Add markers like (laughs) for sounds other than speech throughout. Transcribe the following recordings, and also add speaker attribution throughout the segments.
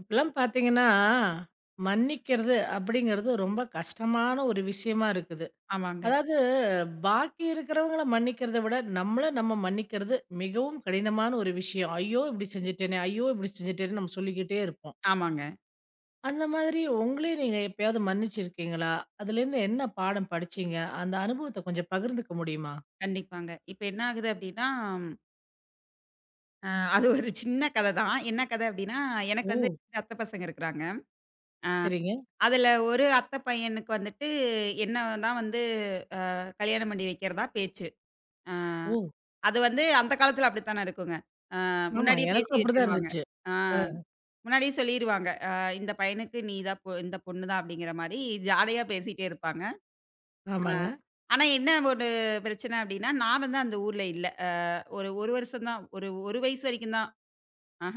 Speaker 1: இப்பலாம் பார்த்தீங்கன்னா, மன்னிக்கிறது அப்படிங்கிறது ரொம்ப கஷ்டமான ஒரு விஷயமா இருக்குது.
Speaker 2: ஆமாங்க,
Speaker 1: அதாவது பாக்கி இருக்கிறவங்கள மன்னிக்கிறத விட, நம்மள நம்ம மன்னிக்கிறது மிகவும் கடினமான ஒரு விஷயம். "ஐயோ! இப்படி செஞ்சுட்டேனே! ஐயோ! இப்படி செஞ்சுட்டேனே!" நம்ம சொல்லிக்கிட்டே இருப்போம்.
Speaker 2: ஆமாங்க.
Speaker 1: அந்த மாதிரி உங்களே நீங்க எப்பயாவது மன்னிச்சிருக்கீங்களா? அதுலேருந்து என்ன பாடம் படிச்சீங்க? அந்த அனுபவத்த கொஞ்சம் பகிர்ந்துக்க முடியுமா?
Speaker 2: கண்டிப்பாங்க. இப்ப என்ன ஆகுது அப்டின்னா, அ அது ஒரு சின்ன கத தான். என்ன கத அப்டின்னா, எனக்கு வந்து
Speaker 1: ஓ!
Speaker 2: 2 அத்த பசங்க இருக்குறாங்க.
Speaker 1: சரிங்க.
Speaker 2: அதுல ஒரு அத்த பையனுக்கு வந்துட்டு என்ன தான் வந்து கல்யாணம் பண்ணி வைக்கிறதா பேச்சு. அ
Speaker 1: ஓ!
Speaker 2: அது வந்து அந்த காலத்துல அப்படித்தானே இருக்குங்க. அ
Speaker 1: ஆமா.
Speaker 2: முன்னாடியே பேசி
Speaker 1: எனக்கும் அப்படிதான்
Speaker 2: வச்சுருவாங்க.
Speaker 1: இருந்துச்சு.
Speaker 2: ஆ
Speaker 1: அ
Speaker 2: முன்னாடியே சொல்லிருவாங்க. இந்த பையனுக்கு நீ தான் பொ இந்த பொண்ணு தான் அப்படிங்கிற மாரி ஜாலியா பேசிட்டே இருப்பாங்க. ஆ.
Speaker 1: ஆமாங்க.
Speaker 2: ஆனா என்ன ஒரு பிரச்சனை அப்டின்னா, நான் வந்து அந்த ஊர்ல இல்ல. ஒரு 1 வருஷம் தான். ஒரு 1 வயசு வரைக்கும் தான். ஆஹ.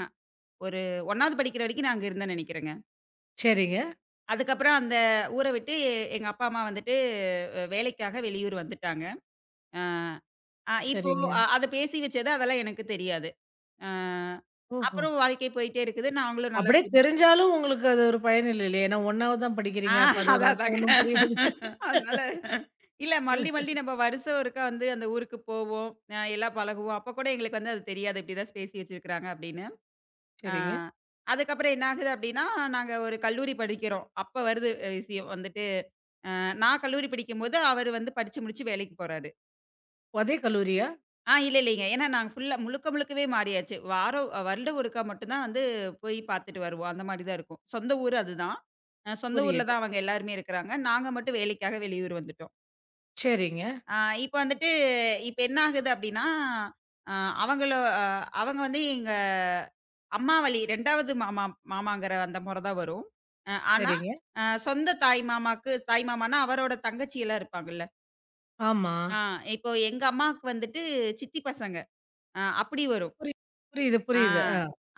Speaker 2: ஒரு 1வது படிக்கிற வரைக்கும் நான் அங்க இருந்தேன்னு நெனைக்கிறேங்க.
Speaker 1: சரிங்க.
Speaker 2: அதுக்கப்புறம் அந்த ஊர விட்டு எங்க அப்பா, அம்மா வந்துட்டு வேலைக்காக வெளியூர் வந்துட்டாங்க. அ அ இப்போ
Speaker 1: சரிங்க.
Speaker 2: அத பேசி வச்சது அதெல்லாம் எனக்கு தெரியாது. அ
Speaker 1: ஓஹோ!
Speaker 2: அப்புறம் வாழ்க்கை போயிட்டே இருக்குது. நாங்களும் நல்லா
Speaker 1: அப்படியே
Speaker 2: பெருசு.
Speaker 1: தெரிஞ்சாலும் உங்களுக்கு அது ஒரு பயன் இல்ல இல்லையா? ஏன்னா 1வது தான்
Speaker 2: ஆ
Speaker 1: படிக்கிறீங்க. அப்ப அதோட
Speaker 2: அதான்
Speaker 1: அர்த்தம்
Speaker 2: அதாங்க.
Speaker 1: ஒண்ணும் புரியாது.
Speaker 2: அதனால இல்ல மறுபடி மறுபடி நம்ம வருஷம் ஒருக்கா வந்து அந்த ஊருக்கு போவோம். எல்லாம் பழகுவோம். அப்ப கூட எங்களுக்கு வந்து அது தெரியாது. இப்படிதான் பேசி வச்சிருக்கிறாங்க அப்படின்னு. அ
Speaker 1: சரிங்க.
Speaker 2: அதுக்கப்புறம் என்ன ஆகுது அப்படின்னா, நாங்க ஒரு கல்லூரி படிக்கிறோம். அப்ப வருது விஷயம் வந்துட்டு, நான் கல்லூரி படிக்கும்போது அவரு வந்து படிச்சு முடிச்சு வேலைக்கு போறாரு.
Speaker 1: அதே கல்லூரியா?
Speaker 2: இல்ல, இல்லைங்க. ஏன்னா நாங்க ஃபுல்லா முழுக்க முழுக்கவே மாறியாச்சு. வாரம் வருடம் ஒருக்கா மட்டும் தான் வந்து போய் பார்த்துட்டு வருவோம். அந்த மாரி தான் இருக்கும். சொந்த ஊர் அதுதான். சொந்த ஊர்ல
Speaker 1: புரியுது.
Speaker 2: தான் அவங்க எல்லாருமே இருக்கிறாங்க. நாங்க மட்டும் வேலைக்காக வெளியூர் வந்துட்டோம்.
Speaker 1: சரிங்க,
Speaker 2: ஆ இப்ப வந்துட்டு, இப்ப என்ன ஆகுது அப்டின்னா, அ அவங்களோ, அவங்க வந்து எங்க அம்மா வழி 2வது மாமாங்கிற அந்த மொற தான் வரும். ஆனா,
Speaker 1: சரிங்க.
Speaker 2: சொந்த தாய் மாமான்னா அவரோட தங்கச்சிலாம் இருப்பாங்கல்ல.
Speaker 1: ஆமா.
Speaker 2: ஆ இப்போ எங்க அம்மாவுக்கு வந்துட்டு சித்தி பசங்க. அப்டி வரும்.
Speaker 1: புரி புரியுது,
Speaker 2: ஆ
Speaker 1: புரியுது.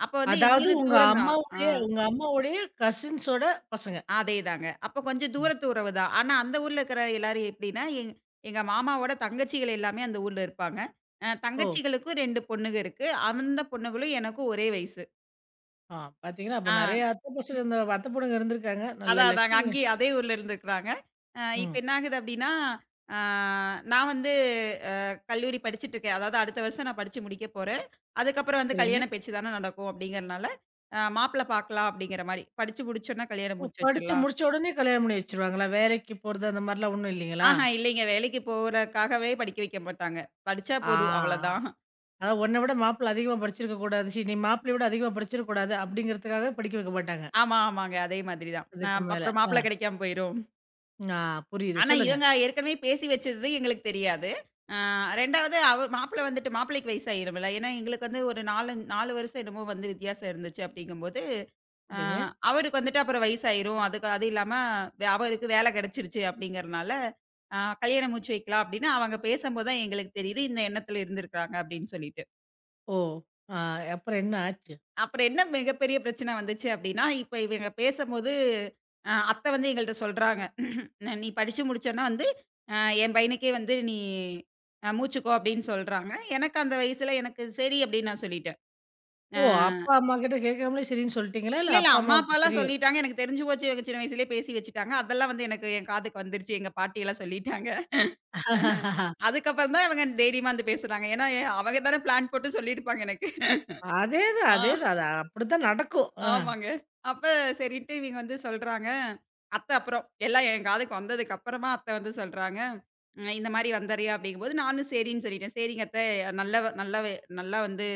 Speaker 2: அப்ப வந்து
Speaker 1: அதாவது
Speaker 2: எங்களுது
Speaker 1: உங்க
Speaker 2: தூரம் தான். ஆ.
Speaker 1: அம்மாவுடைய உங்க அம்மாவுடைய கசின்ஸோட பசங்க.
Speaker 2: அதேதாங்க. அப்ப கொஞ்சம் தூரத்து உறவு தான். ஆனா அந்த ஊர்ல இருக்கிற எல்லாரும் எப்படின்னா, எங்க மாமாவோட தங்கச்சிகள் எல்லாமே அந்த ஊர்ல இருப்பாங்க.
Speaker 1: ஓ!
Speaker 2: தங்கச்சிகளுக்கும் 2 பொண்ணுங்க இருக்கு. அந்த பொண்ணுங்களும் எனக்கும் ஒரே வயசு.
Speaker 1: ஆ பார்த்தீங்கன்னா,
Speaker 2: ஆ
Speaker 1: அப்ப நெறைய அத்த பசங்க இந்த அத்த பொண்ணுங்க இருந்திருக்காங்க. நல்ல
Speaker 2: அதான் அதாங்க.
Speaker 1: லக்கிங்க.
Speaker 2: அங்கேயே அதே ஊர்ல இருந்துருக்குறாங்க. இப்ப
Speaker 1: ம்.
Speaker 2: என்ன ஆகுது அப்படின்னா, ஆ நான் வந்து அ கல்லூரி படிச்சுட்டு இருக்கேன். அதாவது அடுத்த வருஷம் நான் படிச்சு முடிக்க போறேன். அதுக்கப்புறம் வந்து
Speaker 1: சரிங்க.
Speaker 2: கல்யாண பேச்சு தான நடக்கும் அப்படிங்கிறனால, மாப்பிள்ளை பார்க்கலாம் அப்படிங்கிற மாரி. படிச்சு முடிச்சோனே கல்யாணம்
Speaker 1: ஓ!
Speaker 2: முடிச்சு
Speaker 1: படிச்சு
Speaker 2: வச்சிடலாம்.
Speaker 1: முடிச்ச உடனே கல்யாணம் பண்ணி வச்சுருவாங்களா? வேலைக்கு போறது அந்த மாரிலாம் ஒண்ணும் இல்லீங்களா?
Speaker 2: ஆஹா, இல்லைங்க. வேலைக்கு போறக்காகவே படிக்க வைக்க மாட்டாங்க. படிச்சா
Speaker 1: ஆ.
Speaker 2: போதும் அவ்வளதான்.
Speaker 1: அதாவது உன்ன விட மாப்பிள அதிகமா படிச்சிருக்க கூடாது. நீ மாப்பிளைய விட அதிகமா படிச்சிருக்க கூடாது அப்படிங்கிறதுக்காக படிக்க வைக்க மாட்டாங்க.
Speaker 2: ஆமா, ஆமாங்க. அதே மாதிரி தான்.
Speaker 1: அதுக்கு மேல.
Speaker 2: அப்புறம்
Speaker 1: ஆ.
Speaker 2: மாப்பிள்ளை கிடைக்காம போயிரும்.
Speaker 1: ஆ புரியுது.
Speaker 2: ஆனா,
Speaker 1: சொல்லுங்க.
Speaker 2: இவங்க ஏற்கனவே பேசி வச்சது எங்களுக்கு தெரியாது. அ 2வது அவ மாப்பிள்ளை வந்துட்டு மாப்பிள்ளைக்கு வயசாயிரும்ல. ஏன்னா, எங்களுக்கு வந்து ஒரு 4 வருஷம் என்னமோ வந்து வித்தியாசம் இருந்துச்சு அப்படிங்கும்போது, அ
Speaker 1: சரிங்க.
Speaker 2: அவருக்கு வந்துட்டு அப்புறம் வயசாயிரும். அதுக்கு அது இல்லாம அவருக்கு வேலை கிடைச்சிருச்சு அப்படிங்கிறனால, கல்யாணம் முடிச்சு வைக்கலாம் அப்படின்னு அவங்க பேசம்போது தான் எங்களுக்கு தெரியுது, இந்த எண்ணத்துல இருந்திருக்காங்க அப்படின்னு சொல்லிட்டு.
Speaker 1: ஓ! ஆ அப்புறம் என்ன ஆச்சு?
Speaker 2: அப்புறம் என்ன மிகப்பெரிய பிரச்சனை வந்துச்சு அப்படின்னா, இப்ப இவங்க பேசம்போது, அத்தை வந்து எங்கள்ட்ட சொல்றாங்க. "நீ படிச்சு முடிச்சோன்ன வந்து, அ என் பையனுக்கே வந்து நீ முடிச்சுக்கோ" அப்படின்னு சொல்றாங்க. எனக்கு அந்த வயசுல எனக்கு சரி அப்படின்னு நான் சொல்லிட்டேன். அ
Speaker 1: ஓ! அப்பா, அம்மா கிட்ட கேட்காமலே சரின்னு சொல்லிட்டீங்களா?
Speaker 2: இல்ல,
Speaker 1: இல்ல
Speaker 2: இல்ல
Speaker 1: அப்பா,
Speaker 2: அம்மா,
Speaker 1: அம்மாவுக்கு
Speaker 2: அப்பாலாம்
Speaker 1: தெரியும்.
Speaker 2: சொல்லிட்டாங்க. எனக்கு தெரிஞ்சு போச்சு. எனக்கு சின்ன வயசுலயே பேசி வச்சுட்டாங்க. அதெல்லாம் வந்து எனக்கு என் காதுக்கு வந்துருச்சு. எங்க பாட்டியெல்லாம் சொல்லிட்டாங்க. அஹ. அதுக்கப்புறம் தான் இவங்க தைரியமா வந்து பேசுறாங்க. ஏன்னா, அவங்க தானே பிளான் போட்டு சொல்லியிருப்பாங்க எனக்கு.
Speaker 1: அதேதான்,
Speaker 2: ஆ.
Speaker 1: அதேதான். அது அப்படித்தான் நடக்கும். ஆ
Speaker 2: ஆமாங்க. அப்ப சரின்ட்டு இவங்க வந்து சொல்றாங்க. அத்த அப்புறம் எல்லாம் என் காதுக்கு வந்ததுக்கு அப்புறமா அத்த வந்து சொல்றாங்க, "இந்த மாரி வந்தர்றியா?" அப்படிங்கும்போது நானும் சரின்னு சொல்லிட்டேன். "சரிங்க அத்த, நல்லவ, நல்லவ, நல்லா வந்து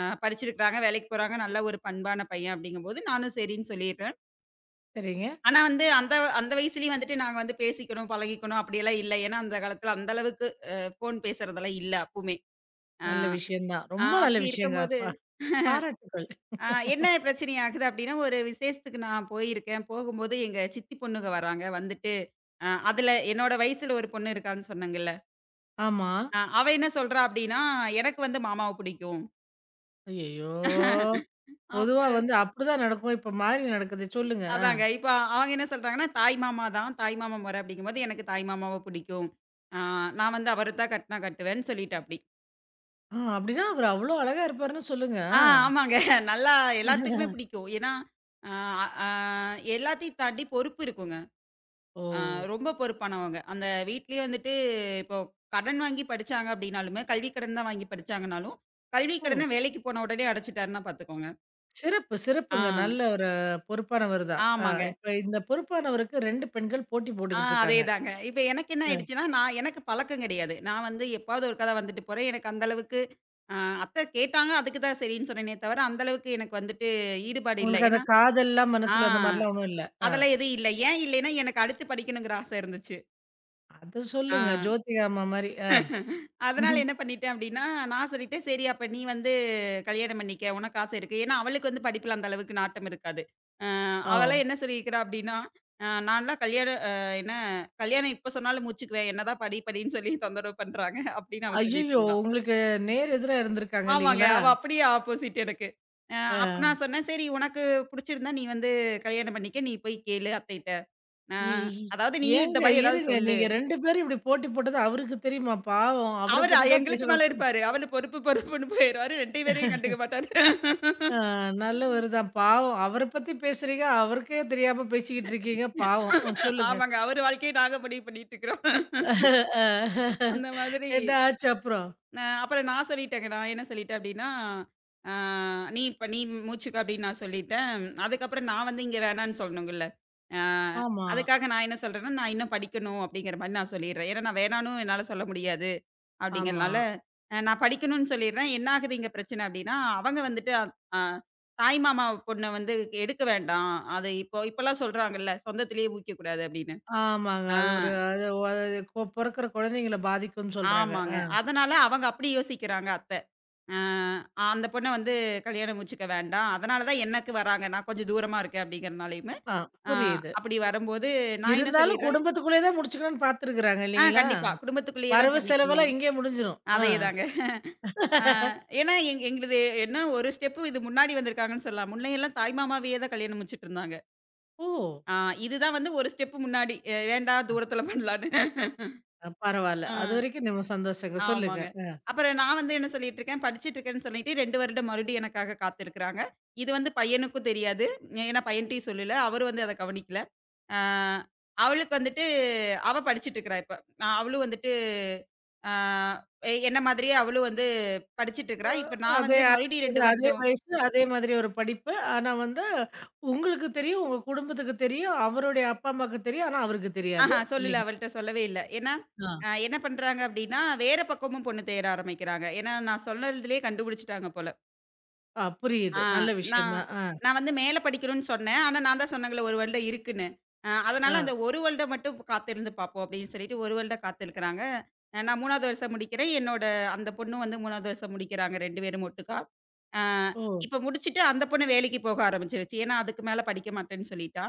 Speaker 2: படிச்சிருக்கிறாங்க, வேலைக்கு போறாங்க, நல்ல ஒரு பண்பான பையன்." அப்படிங்கும்போது நானும் சரின்னு சொல்லிர்றேன்.
Speaker 1: சரிங்க.
Speaker 2: ஆனா வந்து அந்த அந்த வயசுலயும் வந்துட்டு நாங்க வந்து பேசிக்கணும், பழகிக்கணும் அப்படியெல்லாம் இல்ல. ஏன்னா அந்த காலத்துல அந்த அளவுக்கு ஃபோன் பேசுறதெல்லாம் இல்ல அப்பவுமே. அ
Speaker 1: நல்ல விஷயம் தான்.
Speaker 2: அ
Speaker 1: ரொம்ப நல்ல
Speaker 2: அப்படி
Speaker 1: விஷயங்க.
Speaker 2: இருக்கும்போது
Speaker 1: பாராட்டுக்கள்.
Speaker 2: என்ன பிரச்சனை ஆகுது அப்டின்னா, ஒரு விசேஷத்துக்கு நான் போயிருக்கேன். போகும்போது எங்க சித்தி பொண்ணுங்க வராங்க. வந்துட்டு அதுல என்னோட வயசுல ஒரு பொண்ணு இருக்கான்னு சொன்னேங்கல்ல.
Speaker 1: ஆமா.
Speaker 2: அவ என்ன சொல்றா அப்டின்னா, எனக்கு வந்து மாமாவ புடிக்கும்.
Speaker 1: ஐயய்யோ! பொதுவா
Speaker 2: அப்ப
Speaker 1: வந்து அப்படிதான் நடக்கும். இப்ப மாறி நடக்குது. சொல்லுங்க.
Speaker 2: அதாங்க. இப்ப அவங்க என்ன சொல்றாங்கன்னா, தாய் மாமா தான். தாய் மாமா மொற அப்டிங்கும்போது எனக்கு தாய் மாமாவ புடிக்கும். ஆ நான் வந்து அவர தான் கட்னா கட்டுவேன்னு சொல்லிட்டாப்டி.
Speaker 1: ஆ அப்படின்னா அவரு அவ்ளோ அழகா இருப்பாருன்னு சொல்லுங்க.
Speaker 2: ஆ ஆமாங்க. நல்லா எல்லாத்துக்குமே
Speaker 1: ஆ.
Speaker 2: பிடிக்கும். ஏன்னா, அ அ எல்லாத்தையும் தாண்டி பொறுப்பு இருக்குங்க.
Speaker 1: ஓ!
Speaker 2: ஆ ரொம்ப பொறுப்பானவங்க. அந்த வீட்லயே வந்துட்டு இப்போ கடன் வாங்கி படிச்சாங்க அப்டின்னாலுமே, கல்வி கடன் தான் வாங்கி படிச்சாங்கனாலும், கல்வி
Speaker 1: ஓ!
Speaker 2: கடன வேலைக்கு போன உடனே அடைச்சுட்டாருன்னா பாத்துக்கோங்க.
Speaker 1: சிறப்பு,
Speaker 2: ஆ,
Speaker 1: சிறப்புங்க. நல்ல ஒரு பொறுப்பானவர் தான்.
Speaker 2: ஆமாங்க.
Speaker 1: இப்ப இந்த பொறுப்பானவருக்கு 2 பெண்கள் போட்டி போட்டுக்கிட்டு இருக்காங்க.
Speaker 2: அதேதாங்க. இப்ப எனக்கு என்ன
Speaker 1: அ.
Speaker 2: ஆயிடுச்சுன்னா, நான் எனக்கு பழக்கம் கிடையாது. நான் வந்து எப்பாவது ஒருக்கா தான் வந்துட்டு போறேன். எனக்கு அந்த அளவுக்கு அ அத்தை கேட்டாங்க, அதுக்கு தான் சரின்னு சொன்னேனே தவிர, அந்த அளவுக்கு எனக்கு வந்துட்டு ஈடுபாடு இல்ல.
Speaker 1: உங்களுக்கு அந்த
Speaker 2: ஏன்னா
Speaker 1: காதல்லாம்
Speaker 2: ஆ
Speaker 1: மனசுல அந்த மாரிலாம் ஒண்ணும் இல்ல. ஆ
Speaker 2: அதெல்லாம் எதுவும் இல்ல. ஏன் இல்லைன்னா, எனக்கு அடுத்து படிக்கணுங்கிற ஆசை இருந்துச்சு.
Speaker 1: அத
Speaker 2: ஆ.
Speaker 1: சொல்லுங்க. ஜோதிகா அம்மா மாரி. ஆ.
Speaker 2: அதனால என்ன பண்ணிட்டேன் அப்டின்னா, நான் சொல்லிட்டேன், "சரி அப்ப நீ வந்து கல்யாணம் பண்ணிக்க. உனக்கு ஆசை இருக்கு." ஏன்னா அவளுக்கு வந்து படிப்புல அந்த அளவுக்கு நாட்டம் இருக்காது. அ
Speaker 1: ஆ.
Speaker 2: அவளாம் என்ன சொல்லியிருக்கிறா அப்டின்னா, "நான்லாம் கல்யாணம், என்ன கல்யாணம் இப்ப சொன்னாலும் மூச்சுக்குவேன். என்னதான் படி படின்னு சொல்லி தொந்தரவு பண்றாங்க." அப்டின்னு அவ சொல்லிட்டு
Speaker 1: ஐய்யய்யோ!
Speaker 2: இருந்தா.
Speaker 1: உங்களுக்கு நேர் எதிரா இருந்திருக்காங்க
Speaker 2: ஆமாங்க.
Speaker 1: இல்லைங்களா?
Speaker 2: அவ அப்படியே ஆப்போசிட் எனக்கு. அ அப்ப
Speaker 1: ஆ.
Speaker 2: நான் சொன்னேன், "சரி உனக்கு புடிச்சிருந்தா நீ வந்து கல்யாணம் பண்ணிக்க. நீ போய் கேளு அத்தைட்ட. அ
Speaker 1: இ
Speaker 2: அதாவது
Speaker 1: இ
Speaker 2: நீயும் இந்த
Speaker 1: ஏங்க
Speaker 2: மாரி ஏதாவது
Speaker 1: இருங்க.
Speaker 2: சொல்லு."
Speaker 1: நீங்க 2 பேரும் இப்படி போட்டி போட்டது அவருக்கு தெரியுமா? பாவம். அவர
Speaker 2: அவரு
Speaker 1: பத்தி தான்
Speaker 2: எங்களுக்கு
Speaker 1: பேசணும்.
Speaker 2: மேல இருப்பாரு. அவரு பொறுப்பு பொறுப்புன்னு போயிருவாரு. 2 பேரையும் கண்டுக்க மாட்டாரு.
Speaker 1: ஆ, நல்லவரு தான். பாவம். அவர பத்தி பேசுறீங்க. அவருக்கே தெரியாம பேசிக்கிட்டு இருக்கீங்க. பாவம். ம். சொல்லுங்க.
Speaker 2: ஆமாங்க. அவரு வாழ்க்கைய நாங்க முடிவு பண்ணிட்டு இருக்கிறோம்.
Speaker 1: அ
Speaker 2: அந்த மாதிரி
Speaker 1: என்ன ஆச்சு அப்புறம்?
Speaker 2: அப்புறம் நான் சொல்லிட்டேங்க. நான் என்ன சொல்லிட்டேன் அப்டின்னா, ஆ "நீ மூச்சுக்கோ" அப்டின்னு நான் சொல்லிட்டேன். அதுக்கப்புறம் நான் வந்து இங்க வேணான்னு சொல்லணுங்கல்ல. ஆ
Speaker 1: ஆமா,
Speaker 2: அதுக்காக நான் என்ன சொல்றேன்னா, "நான் இன்னும் படிக்கணும்" அப்படிங்கிற மாரி நான் சொல்லிடுறேன். ஏன்னா நான் வேணான்னும் என்னால சொல்ல முடியாது
Speaker 1: ஆமா.
Speaker 2: அப்படிங்கிறனால, நான் படிக்கணும்னு சொல்லிடுறேன். என்ன ஆகுது இங்க பிரச்சனை அப்டின்னா, அவங்க வந்துட்டு அ தாய் மாமா பொண்ண வந்து எடுக்க வேண்டாம். அது இப்போ இப்பலாம் சொல்றாங்கல்ல, சொந்தத்திலேயே ஊய்க்கக்கூடாது அப்படின்னு.
Speaker 1: ஆமாங்க.
Speaker 2: ஆ.
Speaker 1: அது ஒரு அது அது பொறக்குற குழந்தைங்கள பாதிக்கும்னு சொல்றாங்க.
Speaker 2: ஆமாங்க.
Speaker 1: ஆ.
Speaker 2: அதனால அவங்க அப்படி யோசிக்கிறாங்க அத்தை. அ அந்த பொண்ண வந்து கல்யாணம் முடிச்சுக்க வேண்டாம். அதனால தான் எனக்கு வராங்க. நான் கொஞ்சம் தூரமா இருக்கேன் அப்படிங்கிறனாலயுமே,
Speaker 1: ஆ.
Speaker 2: அ
Speaker 1: புரியுது.
Speaker 2: அப்படி வரும்போது நான் என்ன
Speaker 1: இருந்தாலும்
Speaker 2: சொல்லிடுறேன்,
Speaker 1: குடும்பத்துக்குள்ளேயே தான் முடிச்சுக்கணும்னு பார்த்துருக்குறாங்க இல்லைங்களா?
Speaker 2: கண்டிப்பா. குடும்பத்துக்குள்ளேயே தான்
Speaker 1: வரவு
Speaker 2: பண்ணிக்கணும்.
Speaker 1: செலவெல்லாம் இங்கேயே முடிஞ்சிரும். ஆ.
Speaker 2: அதேதாங்க. அ ஏன்னா எங்களுது என்ன ஒரு ஸ்டெப் இது முன்னாடி வந்திருக்காங்கன்னு சொல்லலாம். முன்னையெல்லாம் தாய் மாமாவையே தான் கல்யாணம் முடிச்சுட்டு இருந்தாங்க.
Speaker 1: ஓ!
Speaker 2: அ இதுதான் வந்து ஒரு ஸ்டெப் முன்னாடி. வேண்டாம் தூரத்துல பண்ணலான்னு.
Speaker 1: பரவால்ல.
Speaker 2: அ.
Speaker 1: அதுவரைக்கும் நம்ம சந்தோஷங்க. சொல்லுங்க.
Speaker 2: ஆமாங்க. அப்புறம் நான் வந்து என்ன சொல்லிட்டு இருக்கேன், படிச்சுட்டு இருக்கேன்னு சொல்லிட்டு 2 வருடம் மறுபடியும் எனக்காக காத்திருக்கிறாங்க. இது வந்து பையனுக்கும் தெரியாது. ஏன்னா பையன்ட்டயும் சொல்லல. அவரு வந்து அத கவனிக்கல. ஆ அவளுக்கு வந்துட்டு அவ படிச்சுட்டு இருக்கிறா இப்ப. அவளும் வந்துட்டு ஆ என்ன மாதிரியே அவளும் வந்து படிச்சுட்டு
Speaker 1: ஓ!
Speaker 2: இருக்கிறா. இப்ப நான்
Speaker 1: அதே
Speaker 2: வந்து மறுபடியும்
Speaker 1: அது
Speaker 2: 2
Speaker 1: அதே
Speaker 2: வருடம்.
Speaker 1: வயசு, அதே மாதிரி ஒரு படிப்பு. ஆனா வந்து உங்களுக்கு தெரியும், உங்க குடும்பத்துக்கு தெரியும், அவருடைய அப்பா, அம்மாக்கு தெரியும். ஆனா அவருக்கு தெரியாது.
Speaker 2: சொல்லல,
Speaker 1: இல்லைங்க?
Speaker 2: அவள்ட்ட சொல்லவே இல்ல. ஏன்னா
Speaker 1: ஆ.
Speaker 2: என்ன பண்றாங்க அப்டின்னா, வேற பக்கமும் பொண்ணு தேட ஆரம்பிக்கிறாங்க. ஏன்னா நான் சொன்னதிலயே கண்டுபிடிச்சுட்டாங்க போல.
Speaker 1: ஆ
Speaker 2: ஆ
Speaker 1: புரியுது. நல்ல விஷயம்
Speaker 2: நான்
Speaker 1: தான். ஆ,
Speaker 2: நான் வந்து மேல படிக்கணும்னு சொன்னேன். ஆனா நான் தான் சொன்னேங்கல்ல 1 வருடம் இருக்குன்னு.
Speaker 1: ஆ.
Speaker 2: அதனால அந்த 1 வருடம் மட்டும் காத்திருந்து பார்ப்போம் அப்படின்னு சொல்லிட்டு 1 வருடம் காத்திருக்கிறாங்க. நான் 3வது வருஷம் முடிக்கிறேன். என்னோட அந்த பொண்ணும் வந்து 3வது வருஷம் முடிக்கிறாங்க 2 பேரும் ஒட்டுக்கா. அ
Speaker 1: ஓ!
Speaker 2: இப்ப முடிச்சுட்டு அந்த பொண்ணு வேலைக்கு போக ஆரம்பிச்சுருச்சு. ஏன்னா அதுக்கு மேல படிக்க மாட்டேன்னு சொல்லிட்டா.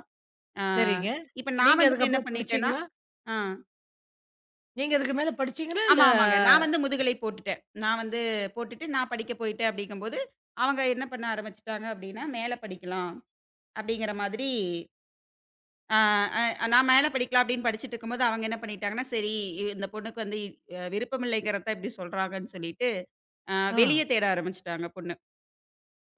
Speaker 2: அ
Speaker 1: சரிங்க.
Speaker 2: இப்ப நான்
Speaker 1: நீங்க
Speaker 2: வந்துட்டு என்ன
Speaker 1: அதுக்கப்புறம்
Speaker 2: பண்ணிட்டேன்னா
Speaker 1: படிச்சீங்களா?
Speaker 2: ஆ
Speaker 1: நீங்க அதுக்கு மேல படிச்சீங்களா? இல்ல
Speaker 2: ஆமா, ஆமாங்க. நான் வந்து முதுகலை போட்டுட்டேன். நான் வந்து போட்டுட்டு நான் படிக்க போயிட்டேன் அப்படிங்கும்போது, அவங்க என்ன பண்ண ஆரம்பிச்சுட்டாங்க அப்படின்னா, மேல படிக்கலாம். அப்படிங்கிற மாதிரி அ அ நான் மேல படிக்கலாம் அப்படின்னு படிச்சுட்டு இருக்கும்போது, அவங்க என்ன பண்ணிட்டாங்கன்னா, சரி இந்த பொண்ணுக்கு வந்து விருப்பமில்லைங்கிறத தான் இப்படி சொல்றாங்கன்னு சொல்லிட்டு, அ
Speaker 1: ஆ.
Speaker 2: வெளிய தேட ஆரம்பிச்சுட்டாங்க பொண்ணு.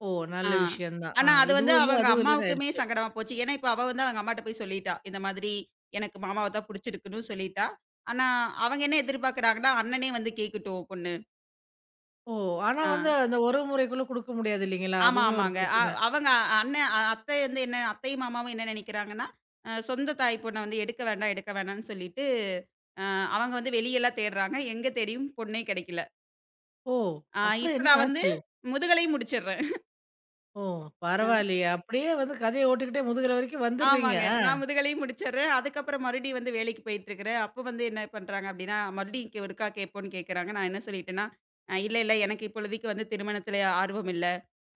Speaker 1: ஓ!
Speaker 2: ஆ.
Speaker 1: நல்ல விஷயம் தான். ஆ
Speaker 2: ஆனா அது வந்து
Speaker 1: இதுவும் இல்ல,
Speaker 2: அவங்க
Speaker 1: அதுவும் இல்லன்னு
Speaker 2: அம்மாவுக்குமே
Speaker 1: ஆயிடுச்சு.
Speaker 2: சங்கடமா போச்சு. ஏன்னா, இப்ப அவ வந்து அவங்க அம்மாட்ட போய் சொல்லிட்டா. இந்த மாதிரி எனக்கு மாமாவ தான் புடிச்சிருக்குன்னு சொல்லிட்டா. ஆனா அவங்க என்ன எதிர்பார்க்குறாங்கன்னா, அண்ணனே வந்து கேட்கட்டும் பொண்ணு.
Speaker 1: ஓ! ஆனா
Speaker 2: ஆ.
Speaker 1: வந்து அந்த உறவு முறைக்குள்ள குடுக்க முடியாது இல்லைங்களா?
Speaker 2: ஆமா,
Speaker 1: அதுவுமே ஒரு
Speaker 2: ஆமாங்க.
Speaker 1: பிரச்சனை.
Speaker 2: அவங்க அத்தை வந்து என்ன அத்தையும், மாமாவும் என்ன நினைக்கிறாங்கன்னா, சொந்த தாய் பொண்ண வந்து எடுக்க வேண்டாம், எடுக்க வேண்டாம்ன்னு சொல்லிட்டு, அ அவங்க வந்து வெளியலாம் தேடுறாங்க. எங்க தேடியும் பொண்ணே கிடைக்கல.
Speaker 1: ஓ! அப்புறம்
Speaker 2: இப்ப
Speaker 1: என்ன
Speaker 2: நான் வந்து
Speaker 1: ஆச்சு?
Speaker 2: முதுகலையும் முடிச்சிடுறேன்.
Speaker 1: ஓ!
Speaker 2: அ
Speaker 1: பரவாயில்லையே! அப்படியே வந்து கதைய ஓட்டிக்கிட்டே முதுகுல வரைக்கும் வந்துடுறீங்க.
Speaker 2: ஆமாங்க.
Speaker 1: ஆ.
Speaker 2: நான் முதுகலையும் முடிச்சிடுறேன். அதுக்கப்புறம் மறுபடியும் வந்து வேலைக்கு போயிட்டுருக்கிறேன். அப்போ வந்து என்ன பண்றாங்க அப்படின்னா, மறுபடியும் இங்கே ஒருக்கா கேட்போன்னு கேட்கறாங்க. நான் என்ன சொல்லிட்டேன்னா, " இல்ல, இல்ல. எனக்கு இப்பொழுதைக்கு வந்து திருமணத்தில ஆர்வம் இல்ல."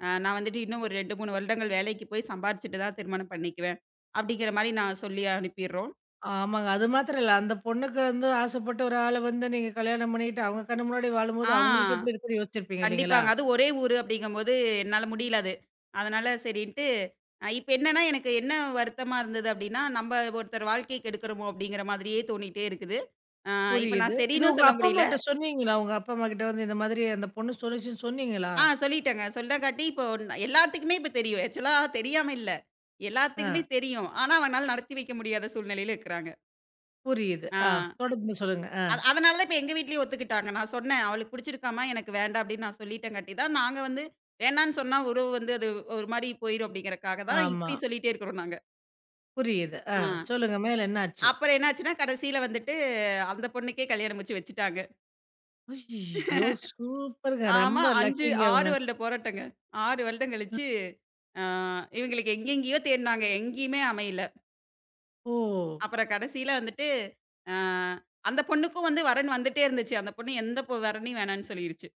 Speaker 2: நான் வந்துட்டு இன்னும் ஒரு 2, 3 வருடங்கள் வேலைக்கு போய் சம்பாரிச்சுட்டு தான் திருமணம் பண்ணிக்குவேன். அப்படிங்கிற மாரி நான் சொல்லி அனுப்பிர்றோம்.
Speaker 1: ஆமாங்க. அது மாத்திரம் இல்ல. அந்த பொண்ணுக்கு வந்து ஆசைப்பட்டு ஒரு ஆள வந்து நீங்க கல்யாணம் பண்ணிட்டு, அவங்க கண்ணு முன்னாடி
Speaker 2: ஆ
Speaker 1: வாழும்போது, அவங்களுக்கு எப்படி இருக்குன்னு யோசிச்சிருப்பீங்க இல்லைங்களா?
Speaker 2: கண்டிப்பாங்க. அதுவும் ஒரே ஊரு அப்படிங்கும்போது என்னால முடியல அது. அதனால சரின்ட்டு இப்ப என்னன்னா எனக்கு என்ன வருத்தமா இருந்தது அப்படின்னா, "நம்ப ஒருத்தர் வாழ்க்கைய கெடுக்கிறோமோ?" அப்படிங்கிற மாதிரியே தோணிட்டே இருக்குது. அ இப்ப நான்
Speaker 1: புரியுது. இது
Speaker 2: சரின்னு
Speaker 1: உங்க
Speaker 2: சொல்ல
Speaker 1: அப்பா
Speaker 2: முடியல.
Speaker 1: அம்மாட்ட சொன்னீங்களா? உங்க அப்பா அம்மா கிட்ட வந்து இந்த மாதிரி அந்த பொண்ணு சொல்லுச்சுன்னு சொன்னீங்களா?
Speaker 2: சொல்லிட்டேங்க. சொல்லங்காட்டி இப்போ எல்லாத்துக்குமே இப்ப தெரியும். ஆக்சுவலா தெரியாம இல்ல.
Speaker 1: ஆ.
Speaker 2: எல்லாத்துக்குமே தெரியும். ஆனா அவங்கனால நடத்தி வைக்க முடியாத சூழ்நிலையில இருக்கிறாங்க.
Speaker 1: புரியுது.
Speaker 2: ஆ.
Speaker 1: ஆ. தொடர்ந்து சொல்லுங்க. ஆ.
Speaker 2: அத அதனால தான் இப்ப எங்க வீட்லயும் ஒத்துக்கிட்டாங்க. நான் சொன்னேன், "அவளுக்கு பிடிச்சிருக்காம்மா, எனக்கு வேண்டாம்." அப்படின்னு நான் சொல்லிட்டங்காட்டி தான், நாங்க வந்து வேணான்னு சொன்னா உறவு வந்து அது ஒரு மாரி போயிரும் அப்படிங்கிறக்காக தான்
Speaker 1: ஆமா.
Speaker 2: இப்படி சொல்லிட்டே இருக்கிறோம் நாங்க.
Speaker 1: புரியுது. ஆ.
Speaker 2: ஆ.
Speaker 1: சொல்லுங்க மேல என்னாச்சு?
Speaker 2: அப்புறம் என்னாச்சுன்னா, கடைசியில வந்துட்டு அந்த பொண்ணுக்கே கல்யாணம் முடிச்சு வச்சுட்டாங்க.
Speaker 1: ஐய்யய்யோ! சூப்பருங்க.
Speaker 2: ஆமா
Speaker 1: ரொம்ப
Speaker 2: 5,
Speaker 1: லக்கிங்க
Speaker 2: 6
Speaker 1: அவங்க.
Speaker 2: வருட போராட்டங்க. 6 வருடம் கழிச்சு, ஆ இவங்களுக்கு எங்கெங்கேயோ தேடுனாங்க. எங்கேயுமே அமையல.
Speaker 1: ஓ!
Speaker 2: அப்புறம் கடைசியில வந்துட்டு, ஆ அந்த பொண்ணுக்கும் வந்து வரன் வந்துட்டே இருந்துச்சு. அந்த பொண்ணு எந்த வரனையும் வேணான்னு சொல்லிருச்சு.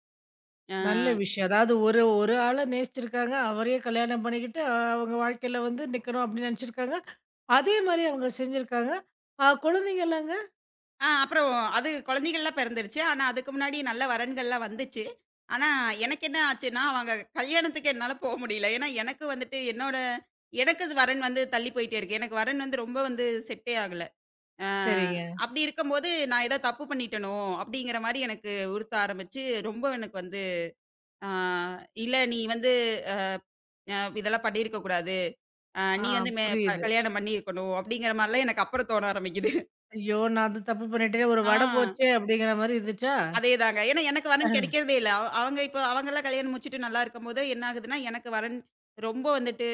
Speaker 1: நல்ல விஷயம். அதாவது ஒரு ஒரு ஆள நேசிச்சிருக்காங்க. அவரையே கல்யாணம் பண்ணிக்கிட்டு, அவங்க வாழ்க்கையில வந்து நிக்கணும் அப்படின்னு நெனச்சிருக்காங்க. அதே மாரி அவங்க செஞ்சிருக்காங்க. குழந்தைங்கலாங்க?
Speaker 2: அப்புறம் அது குழந்தைகள்லாம் பிறந்துருச்சு. ஆனா, அதுக்கு முன்னாடி நல்ல வரன்கள்லாம் வந்துச்சு. ஆனா, எனக்கு என்ன ஆச்சுன்னா, அவங்க கல்யாணத்துக்கு என்னால முடியல. ஏன்னா, எனக்கு வந்துட்டு என்னோட எனக்கு இது வரன் வந்து தள்ளி போயிட்டே இருக்கு. எனக்கு வரன் வந்து ரொம்ப வந்து செட்டே ஆகல. அ
Speaker 1: சரிங்க.
Speaker 2: அப்படி இருக்கும்போது, நான் ஏதோ தப்பு பண்ணிட்டேனோ! அப்படிங்கிற மாரி எனக்கு உறுத்த ஆரம்பிச்சு, ரொம்ப எனக்கு வந்து ஆ "இல்ல நீ வந்து இதெல்லாம் பண்ணியிருக்க கூடாது.
Speaker 1: ஆ
Speaker 2: நீ வந்து மே ப
Speaker 1: புரியுது.
Speaker 2: கல்யாணம் பண்ணியிருக்கணும்." அப்படிங்கிற மாரிலாம் எனக்கு அப்புறம் தோண ஆரம்பிக்குது.
Speaker 1: ஐயோ! நான் அது தப்பு பண்ணிட்டேனே, ஒரு வட
Speaker 2: ஆ.
Speaker 1: போச்சே அப்படிங்கிற மாரி இருந்துச்சா?
Speaker 2: அதேதாங்க. ஏன்னா எனக்கு வரன்
Speaker 1: ஆ.
Speaker 2: கிடைக்கிறதே இல்ல. அவங்க இப்போ அவங்கலாம் கல்யாணம் முடிச்சுட்டு நல்லா இருக்கும்போது, என்ன ஆகுதுன்னா, எனக்கு வரன் ரொம்ப வந்துட்டு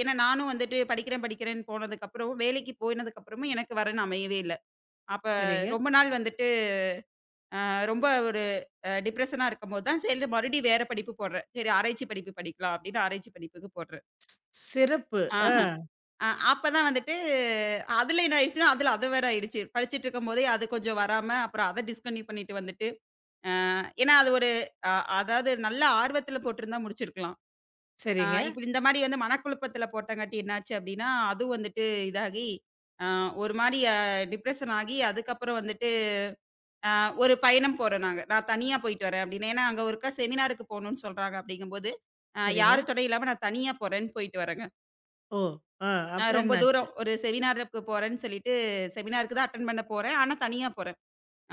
Speaker 2: ஏன்னா நானும் வந்துட்டு படிக்கிறேன், படிக்கிறேன்னு போனதுக்கப்புறம், வேலைக்கு போனதுக்கப்புறமும் எனக்கு வரன் அமையவே இல்ல. அப்ப
Speaker 1: சரிங்க.
Speaker 2: ரொம்ப நாள் வந்துட்டு ரொம்ப ஒரு டிப்ரஷனா இருக்கும்போது தான், சரி மறுபடியும் வேற படிப்பு போடுறேன். சரி ஆராய்ச்சி படிப்பு படிக்கலாம் அப்படின்னு ஆராய்ச்சி படிப்புக்கு போடுறேன்.
Speaker 1: ஸ் சிறப்பு. ஆ.
Speaker 2: ஆஹ. அ அப்பதான் வந்துட்டு அதுல என்ன ஆயிடுச்சுன்னா, அதுல அது வேற ஆயிடுச்சு. படிச்சுட்டு இருக்கும்போதே அது கொஞ்சம் வராம, அப்புறம் அத டிஸ்கன்டின்யூ பண்ணிட்டு வந்துட்டு ஏன்னா, அது ஒரு அ அதாவது நல்ல ஆர்வத்துல போட்டிருந்தா முடிச்சிருக்கலாம்.
Speaker 1: சரிங்க,
Speaker 2: இப்படி இந்த மாரி வந்து மனக்குழப்பத்துல போட்டங்காட்டி என்னாச்சு அப்படின்னா, அதுவும் வந்துட்டு இதாகி, அ ஒரு மாரி டிப்ரஷன் ஆகி, அதுக்கப்புறம் வந்துட்டு அ ஒரு பயணம் போறோம் நாங்க. நான் தனியா போயிட்டு வரேன் அப்படின்னு. ஏன்னா, அங்க ஒருக்கா செமினாருக்கு போணும்னு சொல்றாங்க அப்படிங்கும்போது,
Speaker 1: சரிங்க.
Speaker 2: யாரு துணையும் இல்லாம நான் தனியா போறேன்னு போயிட்டு வரேங்க.
Speaker 1: ஓ! ஆ அப்புறம்
Speaker 2: ரொம்ப
Speaker 1: என்னாச்சு?
Speaker 2: தூரம் ஒரு செமினாருக்கு போறேன்னு சொல்லிட்டு, செமினாருக்கு தான் அட்டெண்ட் பண்ண போறேன். ஆனா, தனியா போறேன்.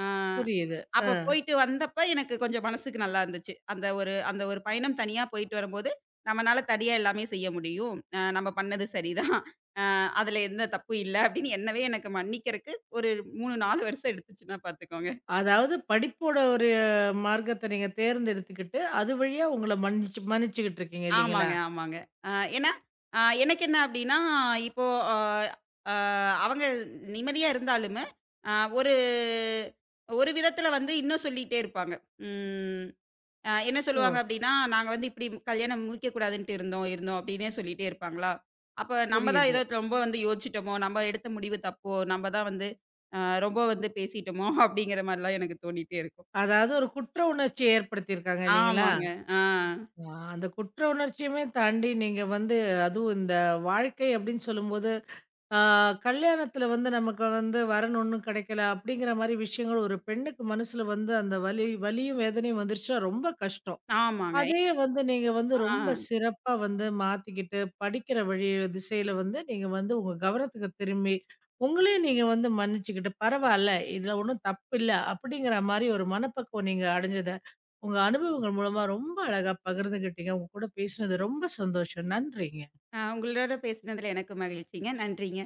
Speaker 2: ஆ.
Speaker 1: புரியுது. ஆ.
Speaker 2: அப்ப போயிட்டு வந்தப்ப எனக்கு கொஞ்சம் மனசுக்கு நல்லா இருந்துச்சு. அந்த ஒரு அந்த ஒரு பயணம் தனியா போயிட்டு வரும்போது, நம்மனால தனியா எல்லாமே செய்ய முடியும். நம்ம பண்ணது சரிதான். அ அதுல எந்த தப்பும் இல்ல அப்படின்னு என்னவே எனக்கு மன்னிக்கிறக்கு ஒரு 3, 4 வருஷம் எடுத்துச்சுன்னா பாத்துக்கோங்க.
Speaker 1: அதாவது படிப்போட ஒரு மார்க்கத்த நீங்க தேர்ந்தெடுத்துக்கிட்டு, அது வழியா உங்கள மன்னிச்சு மன்னிச்சுக்கிட்டு இருக்கீங்க இல்லைங்களா?
Speaker 2: ஆமாங்க, ஆமாங்க. அ ஏன்னா, எனக்கு என்ன அப்படின்னா, இப்போ அ அ அவங்க நிம்மதியா இருந்தாலுமே, அ ஒரு ஒரு விதத்துல வந்து இன்னும் சொல்லிட்டே இருப்பாங்க. ம். என்ன
Speaker 1: ஓ!
Speaker 2: சொல்லுவாங்க அப்டின்னா, நாங்க வந்து இப்டி கல்யாணம் முடிக்கக்கூடாதுன்ட்டு இருந்தோம், இருந்தோம் அப்டின்னே சொல்லிட்டே இருப்பாங்களா? அப்ப நம்ம தான்
Speaker 1: புரியுது.
Speaker 2: ஏதோ ரொம்ப வந்து யோசிச்சுட்டோமோ, நம்ம எடுத்த முடிவு தப்போ, நம்ம தான் வந்து அ ரொம்ப வந்து பேசிட்டோமோ (laughs) அப்டிங்கிற மாரிலாம் எனக்கு தோணிட்டே இருக்கும்.
Speaker 1: அதாவது ஒரு குற்ற உணர்ச்சிய ஏற்படுத்தியிருக்காங்க இல்லைங்களா?
Speaker 2: ஆமாங்க. ஆ.
Speaker 1: ஆ அந்த குற்ற உணர்ச்சியுமே தாண்டி நீங்க வந்து அதுவும் இந்த வாழ்க்கை அப்டின்னு சொல்லும்போது, ஆ கல்யாணத்துல வந்து நமக்கு வந்து வரன் ஒண்ணும் கிடைக்கல அப்படிங்கிற மாரி விஷயங்கள் ஒரு பெண்ணுக்கு மனசுல வந்து அந்த வலி வலியும் வேதனையும் வந்துருச்சுன்னா ரொம்ப கஷ்டம்.
Speaker 2: ஆமாங்க.
Speaker 1: அதையே வந்து நீங்க வந்து ரொம்ப
Speaker 2: ஆ.
Speaker 1: சிறப்பா வந்து மாத்திக்கிட்டு, படிக்கிற வழி திசையில வந்து நீங்க வந்து உங்க கவனத்துக்கு திரும்பி, உங்களையும் நீங்க வந்து மன்னிச்சுக்கிட்டு, பரவால்ல இதுல ஒண்ணும் தப்பில்ல. அப்படிங்கிற மாரி ஒரு மனப்பக்குவம் நீங்க அடைஞ்சத, உங்க அனுபவங்கள் மூலமா ரொம்ப அழகா பகிர்ந்துகிட்டீங்க. உங்க கூட பேசினது ரொம்ப சந்தோஷம். நன்றிங்க.
Speaker 2: அ உங்களோட பேசினதுல எனக்கு மகிழ்ச்சிங்க. நன்றிங்க.